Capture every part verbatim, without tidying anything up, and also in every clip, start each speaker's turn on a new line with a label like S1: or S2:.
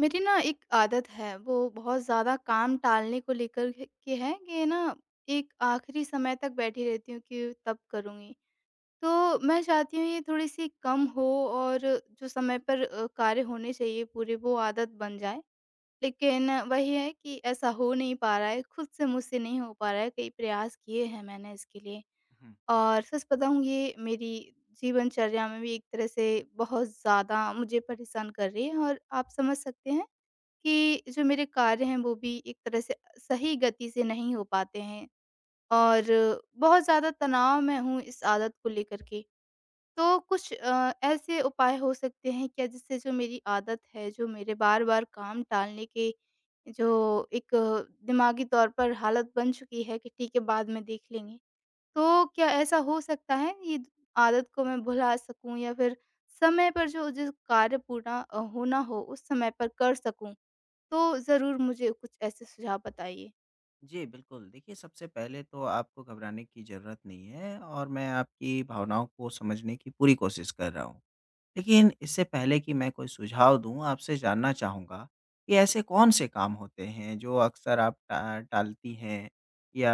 S1: मेरी ना एक आदत है, वो बहुत ज़्यादा काम टालने को लेकर के के है कि ना, एक आखिरी समय तक बैठी रहती हूँ कि तब करूँगी। तो मैं चाहती हूँ ये थोड़ी-सी कम हो और जो समय पर अ, कार्य होने चाहिए पूरे, वो आदत बन जाए। लेकिन वही है कि ऐसा हो नहीं पा रहा है, खुद से मुझसे नहीं हो पा रहा है, कई प्रयास किए हैं मैंने इसके लिए।
S2: हुँ।
S1: और सच बताऊँ, ये मेरी जीवनचर्या में भी एक तरह से बहुत ज़्यादा मुझे परेशान कर रही है और आप समझ सकते हैं कि जो मेरे कार्य हैं वो भी एक तरह से सही गति से नहीं हो पाते हैं और बहुत ज़्यादा तनाव में हूँ इस आदत को लेकर के। तो कुछ अ, ऐसे उपाय हो सकते हैं क्या जिससे जो मेरी आदत है, जो मेरे बार-बार काम टालने के, जो एक दिमागी तौर पर हालत बन चुकी है कि ठीक है बाद में देख लेंगे। तो क्या ऐसा हो सकता है, ये आदत को मैं भुला सकूँ या फिर समय पर जो जिस कार्य पूरा अ, होना हो उस समय पर कर सकूँ? तो ज़रूर मुझे कुछ ऐसे सुझाव बताइए।
S2: जी, बिल्कुल। देखिए, सबसे पहले तो आपको घबराने की ज़रूरत नहीं है और मैं आपकी भावनाओं को समझने की पूरी कोशिश कर रहा हूँ। लेकिन इससे पहले कि मैं कोई सुझाव दूँ, आपसे जानना चाहूँगा कि ऐसे कौन-से काम होते हैं जो अक्सर आप टा टालती हैं या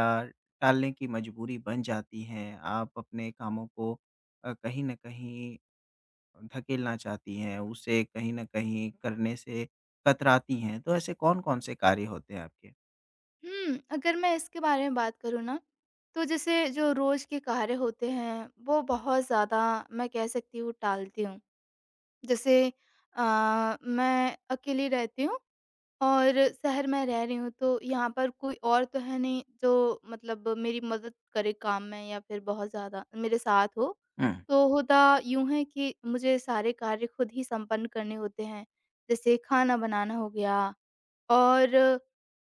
S2: टालने की मजबूरी बन जाती हैं? आप अपने कामों को अ, कहीं न कहीं धकेलना चाहती हैं, उसे कहीं न कहीं करने से कतराती हैं। तो ऐसे कौन-कौन से कार्य होते हैं आपके?
S1: हुँ, अगर मैं इसके बारे में बात करूँ ना, तो जैसे जो रोज़ के कार्य होते हैं, वो बहुत ज़्यादा मैं कह सकती हूँ टालती हूँ। जैसे अ, मैं अकेली रहती हूँ और शहर में रह रही हूँ, तो यहाँ पर कोई और तो है नहीं जो मतलब मेरी मदद करे काम में या फिर बहुत ज़्यादा मेरे साथ हो।
S2: हुँ,
S1: तो होता यूँ है कि मुझे सारे कार्य खुद ही संपन्न करने होते हैं। जैसे खाना बनाना हो गया और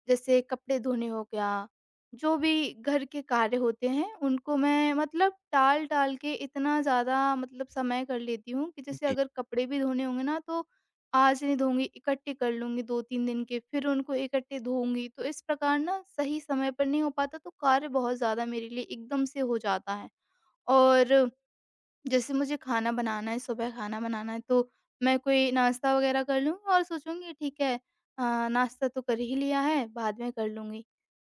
S1: जैसे कपड़े धोने हो गया, जो भी घर के कार्य होते हैं उनको मैं मतलब टाल-टाल के इतना ज़्यादा मतलब समय कर लेती हूँ कि जैसे
S2: जी।
S1: अगर कपड़े भी धोने होंगे ना, तो आज नहीं धोऊँगी, इकट्ठे कर लूँगी दो तीन दिन के, फिर उनको इकट्ठे धोऊँगी। तो इस प्रकार ना सही समय पर नहीं हो पाता, तो कार्य बहुत ज़्यादा मेरे लिए एकदम से हो जाता है। और जैसे मुझे खाना बनाना है, सुबह खाना बनाना है, तो मैं कोई नाश्ता वग़ैरह कर लूँ और सोचूँगी ठीक है, अ, नाश्ता तो कर ही लिया है, बाद में कर लूँगी।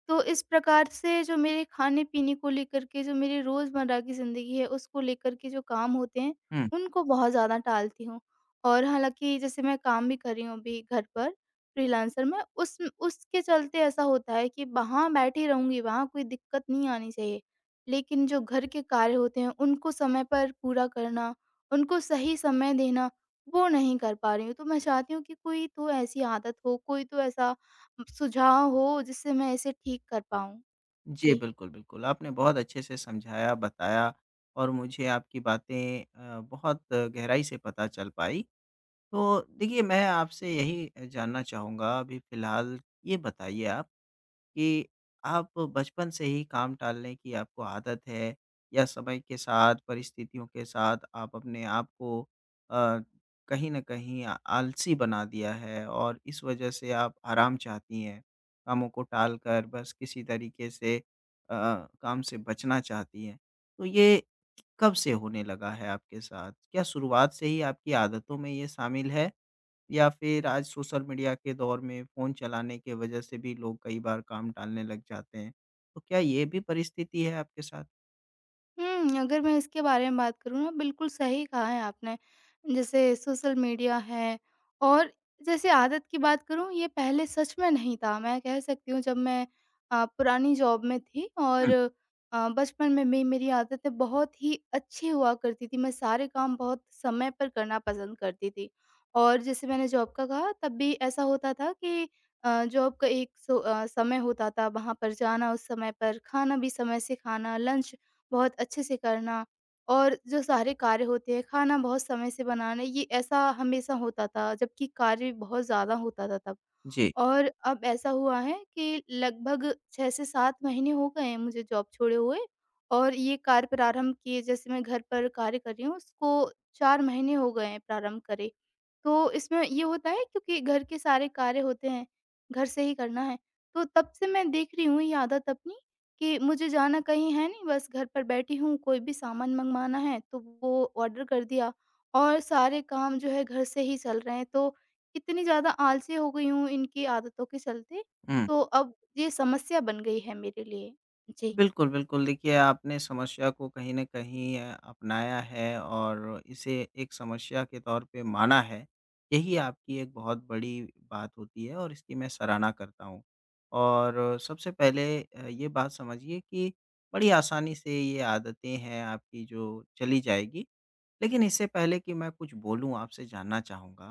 S1: तो इस प्रकार से जो मेरे खाने-पीने को लेकर के, जो मेरी रोज़मर्रा की ज़िंदगी है, उसको लेकर के जो काम होते हैं,
S2: हुँ।
S1: उनको बहुत ज़्यादा टालती हूँ। और हालाँकि जैसे मैं काम भी कर रही हूँ अभी घर पर फ्रीलांसर में, उस उसके चलते ऐसा होता है कि वहाँ बैठी रहूँगी, वहाँ कोई दिक्कत नहीं आनी चाहिए। लेकिन जो घर के कार्य होते हैं उनको समय पर पूरा करना, उनको सही समय देना, वो नहीं कर पा रही हूँ। तो मैं चाहती हूँ कि कोई तो ऐसी आदत हो, कोई तो ऐसा सुझाव हो जिससे मैं इसे ठीक कर पाऊँ।
S2: जी,
S1: जी।
S2: बिल्कुल, बिल्कुल। आपने बहुत अच्छे से समझाया, बताया और मुझे आपकी बातें अ, बहुत गहराई से पता चल पाई। तो देखिए मैं आपसे यही जानना चाहूँगा अभी फ़िलहाल ये बताइए आप कि आप बचपन से ही काम टालने की आपको आदत है या समय के साथ, परिस्थितियों के साथ आप अपने आप को अ, कहीं न कहीं आ आलसी बना दिया है और इस वजह से आप आराम चाहती हैं। कामों को टाल कर बस किसी तरीके से अ, काम से बचना चाहती हैं। तो ये कब से होने लगा है आपके साथ? क्या शुरुआत से ही आपकी आदतों में ये शामिल है? या फिर आज सोशल मीडिया के दौर में फ़ोन चलाने के वजह से भी लोग कई बार काम टालने लग जाते हैं। तो क्या ये भी परिस्थिति है आपके साथ?
S1: हुँ, अगर मैं इसके बारे में बात करूँ ना, बिल्कुल सही कहा है आपने। जैसे सोशल मीडिया है और जैसे आदत की बात करूँ, ये पहले सच में नहीं था। मैं कह सकती हूँ जब मैं अ, पुरानी जॉब में थी और
S2: हुँ।
S1: अ, बचपन में भी मेरी आदतें बहुत ही अच्छी हुआ करती थी। मैं सारे काम बहुत समय पर करना पसंद करती थी। और जैसे मैंने जॉब का कहा, तब भी ऐसा होता था कि अ, जॉब का एक सो अ, समय होता था, वहाँ पर जाना उस समय पर, खाना भी समय से खाना, लंच बहुत अच्छे से करना और जो सारे कार्य होते हैं, खाना बहुत समय से बनाना, ये ऐसा हमेशा होता था, जबकि कार्य बहुत ज़्यादा होता था तब।
S2: जी।
S1: और अब ऐसा हुआ है कि लगभग छह से सात महीने हो गए हैं मुझे जॉब छोड़े हुए और ये कार्य प्रारंभ किए, जैसे मैं घर पर कार्य कर रही हूँ उसको चार महीने हो गए हैं प्रारंभ करे। तो इसमें ये होता है क्योंकि घर के सारे कार्य होते हैं, घर से ही करना है। तो तब से मैं देख रही हूँ ये आदत अपनी कि मुझे जाना कहीं है नहीं, बस घर पर बैठी हूँ, कोई भी सामान मंगवाना है तो वो ऑर्डर कर दिया और सारे काम जो है घर से ही चल रहे हैं। तो इतनी ज़्यादा आलसी हो गई हूँ इनकी आदतों के चलते,
S2: हुँ।
S1: तो अब ये समस्या बन गई है मेरे लिए। जी।
S2: बिल्कुल, बिल्कुल। देखिए, आपने समस्या को कहीं न कहीं अ, अपनाया है और इसे एक समस्या के तौर पे माना है। यही आपकी एक बहुत बड़ी बात होती है और इसकी मैं सराहना करता हूँ। और अ, सबसे पहले अ, ये बात समझिए कि बड़ी आसानी से ये आदतें हैं आपकी जो चली जाएगी। लेकिन इससे पहले कि मैं कुछ बोलूँ आपसे जानना चाहूँगा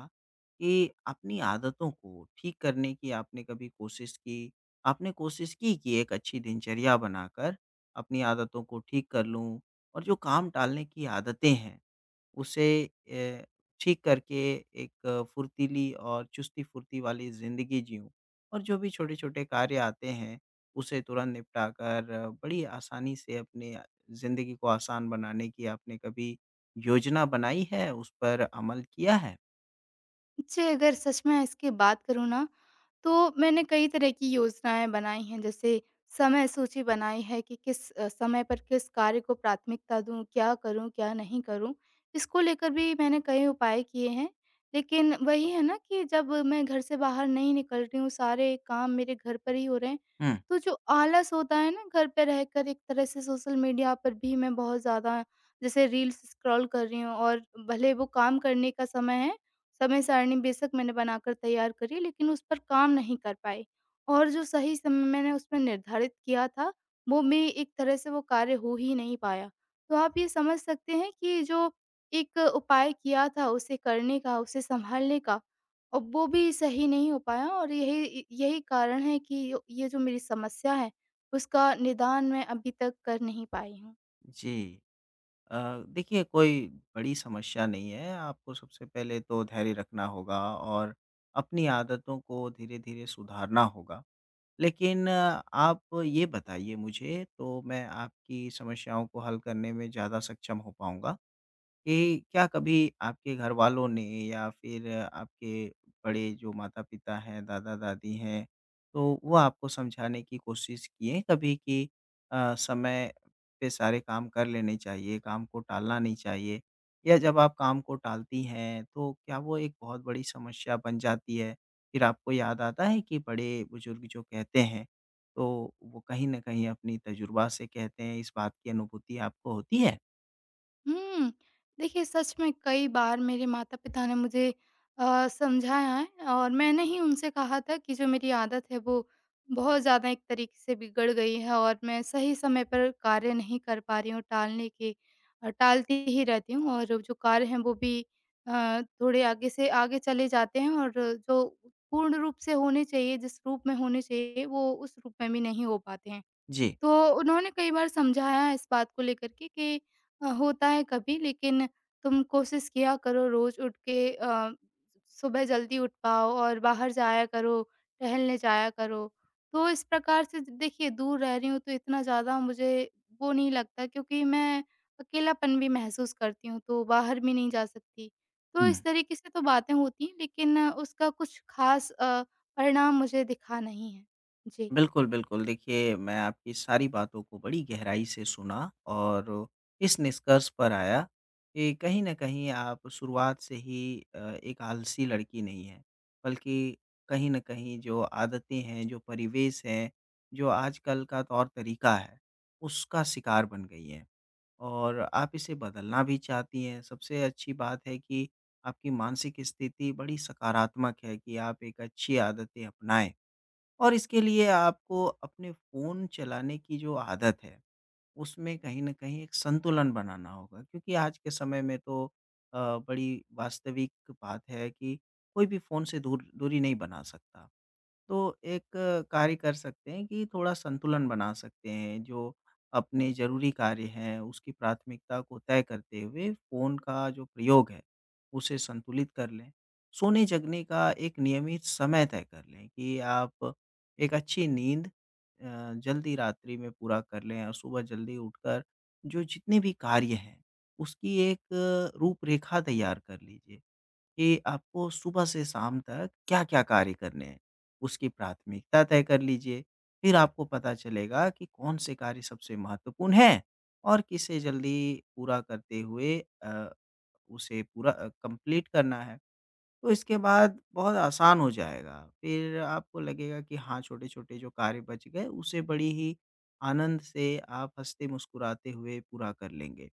S2: कि अपनी आदतों को ठीक करने की आपने कभी कोशिश की? आपने कोशिश की कि एक अच्छी दिनचर्या बनाकर अपनी आदतों को ठीक कर लूँ और जो काम टालने की आदतें हैं उसे अ, ठीक करके एक फुर्तीली और चुस्ती फुर्ती वाली ज़िंदगी जीऊँ और जो भी छोटे-छोटे कार्य आते हैं उसे तुरंत निपटा कर बड़ी आसानी से अपने ज़िंदगी को आसान बनाने की आपने कभी योजना बनाई है, उस पर अमल किया है?
S1: जी, अगर सच में इसकी बात करूँ ना, तो मैंने कई तरह की योजनाएं बनाई हैं, जैसे समय सूची बनाई है कि किस अ, समय पर किस कार्य को प्राथमिकता दूं, क्या करूं क्या नहीं करूं, इसको लेकर भी मैंने कई उपाय किए हैं। लेकिन वही है ना कि जब मैं घर से बाहर नहीं निकल रही हूँ, सारे काम मेरे घर पर ही हो रहे हैं,
S2: हुँ,
S1: तो जो आलस होता है ना घर पे रहकर, एक तरह से सोशल मीडिया पर भी मैं बहुत ज़्यादा जैसे रील्स स्क्रॉल कर रही हूँ और भले वो काम करने का समय है, समय सारणी बेशक मैंने बनाकर तैयार करी, लेकिन उस पर काम नहीं कर पाई और जो सही समय मैंने उसमें निर्धारित किया था, वो भी एक तरह से वो कार्य हो ही नहीं पाया। तो आप ये समझ सकते हैं कि जो एक उपाय किया था उसे करने का, उसे सँभालने का, और वो भी सही नहीं हो पाया और यही इ यही कारण है कि यो ये जो मेरी समस्या है, उसका निदान मैं अभी तक कर नहीं पाई हूँ।
S2: जी। अ, देखिए कोई बड़ी समस्या नहीं है, आपको सबसे पहले तो धैर्य रखना होगा और अपनी आदतों को धीरे-धीरे सुधारना होगा। लेकिन अ, आप ये बताइए मुझे तो मैं आपकी समस्याओं को हल करने में ज़्यादा सक्षम हो पाऊँगा। कि क्या कभी आपके घरवालों ने या फिर आपके बड़े जो माता-पिता हैं, दादा-दादी हैं, तो वो आपको समझाने की कोशिश किए कभी कि अ, समय पे सारे काम कर लेने चाहिए, काम को टालना नहीं चाहिए? या जब आप काम को टालती हैं, तो क्या वो एक बहुत बड़ी समस्या बन जाती है? फिर आपको याद आता है कि बड़े-बुजुर्ग जो कहते हैं, तो वो कहीं न कहीं अपनी तजुर्बा से कहते हैं, इस बात की अनुभूति आपको होती है?
S1: हुँ। देखिए, सच में कई बार मेरे माता-पिता ने मुझे अ, समझाया है और मैंने ही उनसे कहा था कि जो मेरी आदत है वो बहुत ज़्यादा एक तरीके से बिगड़ गई है और मैं सही समय पर कार्य नहीं कर पा रही हूँ, टालने के अ, टालती ही रहती हूँ और जो कार्य हैं वो भी अ, थोड़े आगे से आगे चले जाते हैं और जो पूर्ण रूप से होने चाहिए, जिस रूप में होने चाहिए, वो उस रूप में भी नहीं हो पाते हैं।
S2: जी।
S1: तो उन्होंने कई बार समझाया इस बात को लेकर के कि अ, होता है कभी, लेकिन तुम कोशिश किया करो रोज उठ के, अ, सुबह जल्दी उठ पाओ और बाहर जाया करो, टहलने जाया करो। तो इस प्रकार से देखिए, दूर रह रही हूँ तो इतना ज़्यादा मुझे वो नहीं लगता, क्योंकि मैं अकेलापन भी महसूस करती हूँ तो बाहर भी नहीं जा सकती। तो इस तरीके से तो बातें होती हैं, लेकिन उसका कुछ ख़ास अ, परिणाम मुझे दिखा नहीं है। जी।
S2: बिल्कुल, बिल्कुल। देखिए, मैं आपकी सारी बातों को बड़ी गहराई से सुना और इस निष्कर्ष पर आया कि कहीं न कहीं आप शुरुआत से ही अ, एक आलसी लड़की नहीं हैं, बल्कि कहीं न कहीं जो आदतें हैं, जो परिवेश है, जो आजकल का तौर-तरीका है, उसका शिकार बन गई हैं और आप इसे बदलना भी चाहती हैं। सबसे अच्छी बात है कि आपकी मानसिक स्थिति बड़ी सकारात्मक है कि आप एक अच्छी आदतें अपनाएँ। और इसके लिए आपको अपने फ़ोन चलाने की जो आदत है, उसमें कहीं न कहीं एक संतुलन बनाना होगा क्योंकि आज के समय में तो अ, बड़ी वास्तविक बात है कि कोई भी फ़ोन से दूर दूरी नहीं बना सकता। तो एक अ, कार्य कर सकते हैं कि थोड़ा संतुलन बना सकते हैं, जो अपने ज़रूरी कार्य हैं, उसकी प्राथमिकता को तय करते हुए फ़ोन का जो प्रयोग है, उसे संतुलित कर लें। सोने-जगने का एक नियमित समय तय कर लें कि आप एक अच्छी नींद अ, जल्दी रात्रि में पूरा कर लें और सुबह जल्दी उठकर जो जितने भी कार्य हैं, उसकी एक अ, रूपरेखा तैयार कर लीजिए। कि आपको सुबह से शाम तक क्या-क्या कार्य करने हैं, उसकी प्राथमिकता तय कर लीजिए। फिर आपको पता चलेगा कि कौन-से कार्य सबसे महत्वपूर्ण हैं और किसे जल्दी पूरा करते हुए अ, उसे पूरा अ, कंप्लीट करना है। तो इसके बाद बहुत आसान हो जाएगा। फिर आपको लगेगा कि हाँ, छोटे-छोटे जो कार्य बच गए, उसे बड़ी ही आनंद से आप हँसते-मुस्कुराते हुए पूरा कर लेंगे।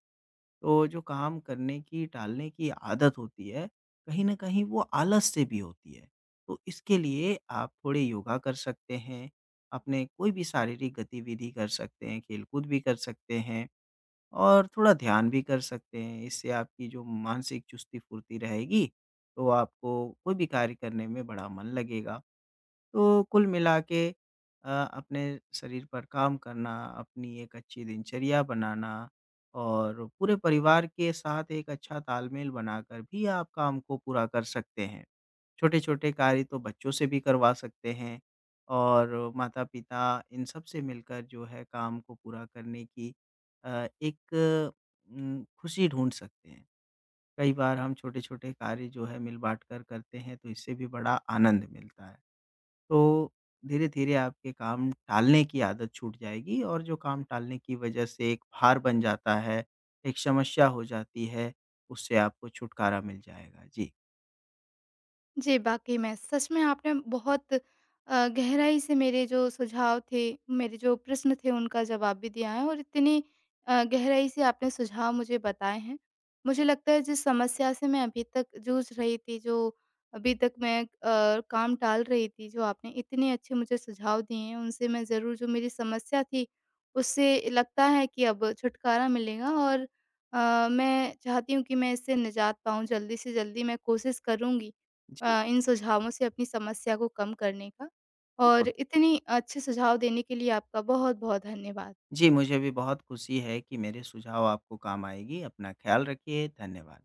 S2: तो जो काम करने की, टालने की आदत होती है, कहीं न कहीं वो आलस से भी होती है। तो इसके लिए आप थोड़े योगा कर सकते हैं, अपने कोई भी शारीरिक गतिविधि कर सकते हैं, खेलकूद भी कर सकते हैं और थोड़ा ध्यान भी कर सकते हैं। इससे आपकी जो मानसिक चुस्ती-फुर्ती रहेगी, तो आपको कोई भी कार्य करने में बड़ा मन लगेगा। तो कुल मिला के अ, अपने शरीर पर काम करना, अपनी एक अच्छी दिनचर्या बनाना और पूरे परिवार के साथ एक अच्छा तालमेल बनाकर भी आप काम को पूरा कर सकते हैं। छोटे-छोटे कार्य तो बच्चों से भी करवा सकते हैं और माता-पिता इन सब से मिलकर जो है काम को पूरा करने की अ, एक उम, खुशी ढूँढ सकते हैं। कई बार हम छोटे-छोटे कार्य जो है मिल-बाँट कर करते हैं तो इससे भी बड़ा आनंद मिलता है। तो धीरे-धीरे आपके काम टालने की आदत छूट जाएगी और जो काम टालने की वजह से एक भार बन जाता है, एक समस्या हो जाती है, उससे आपको छुटकारा मिल जाएगा। जी।
S1: जी, वाक़ई में। सच में आपने बहुत अ, गहराई से मेरे जो सुझाव थे, मेरे जो प्रश्न थे उनका जवाब भी दिया है और इतनी अ, गहराई से आपने सुझाव मुझे बताए हैं। मुझे लगता है जिस समस्या से मैं अभी तक जूझ रही थी, जो अभी तक मैं अ, काम टाल रही थी, जो आपने इतने अच्छे मुझे सुझाव दिए हैं, उनसे मैं ज़रूर जो मेरी समस्या थी, उससे लगता है कि अब छुटकारा मिलेगा और अ, मैं चाहती हूँ कि मैं इससे निजात पाऊँ, जल्दी से जल्दी मैं कोशिश करूँगी
S2: जी,
S1: अ, इन सुझावों से अपनी समस्या को कम करने का और
S2: बिल्कुल।
S1: इतनी अच्छे सुझाव देने के लिए आपका बहुत-बहुत धन्यवाद।
S2: जी, मुझे भी बहुत खुशी है कि मेरे सुझाव आपको काम आएगी। अपना ख़्याल रखिए। धन्यवाद।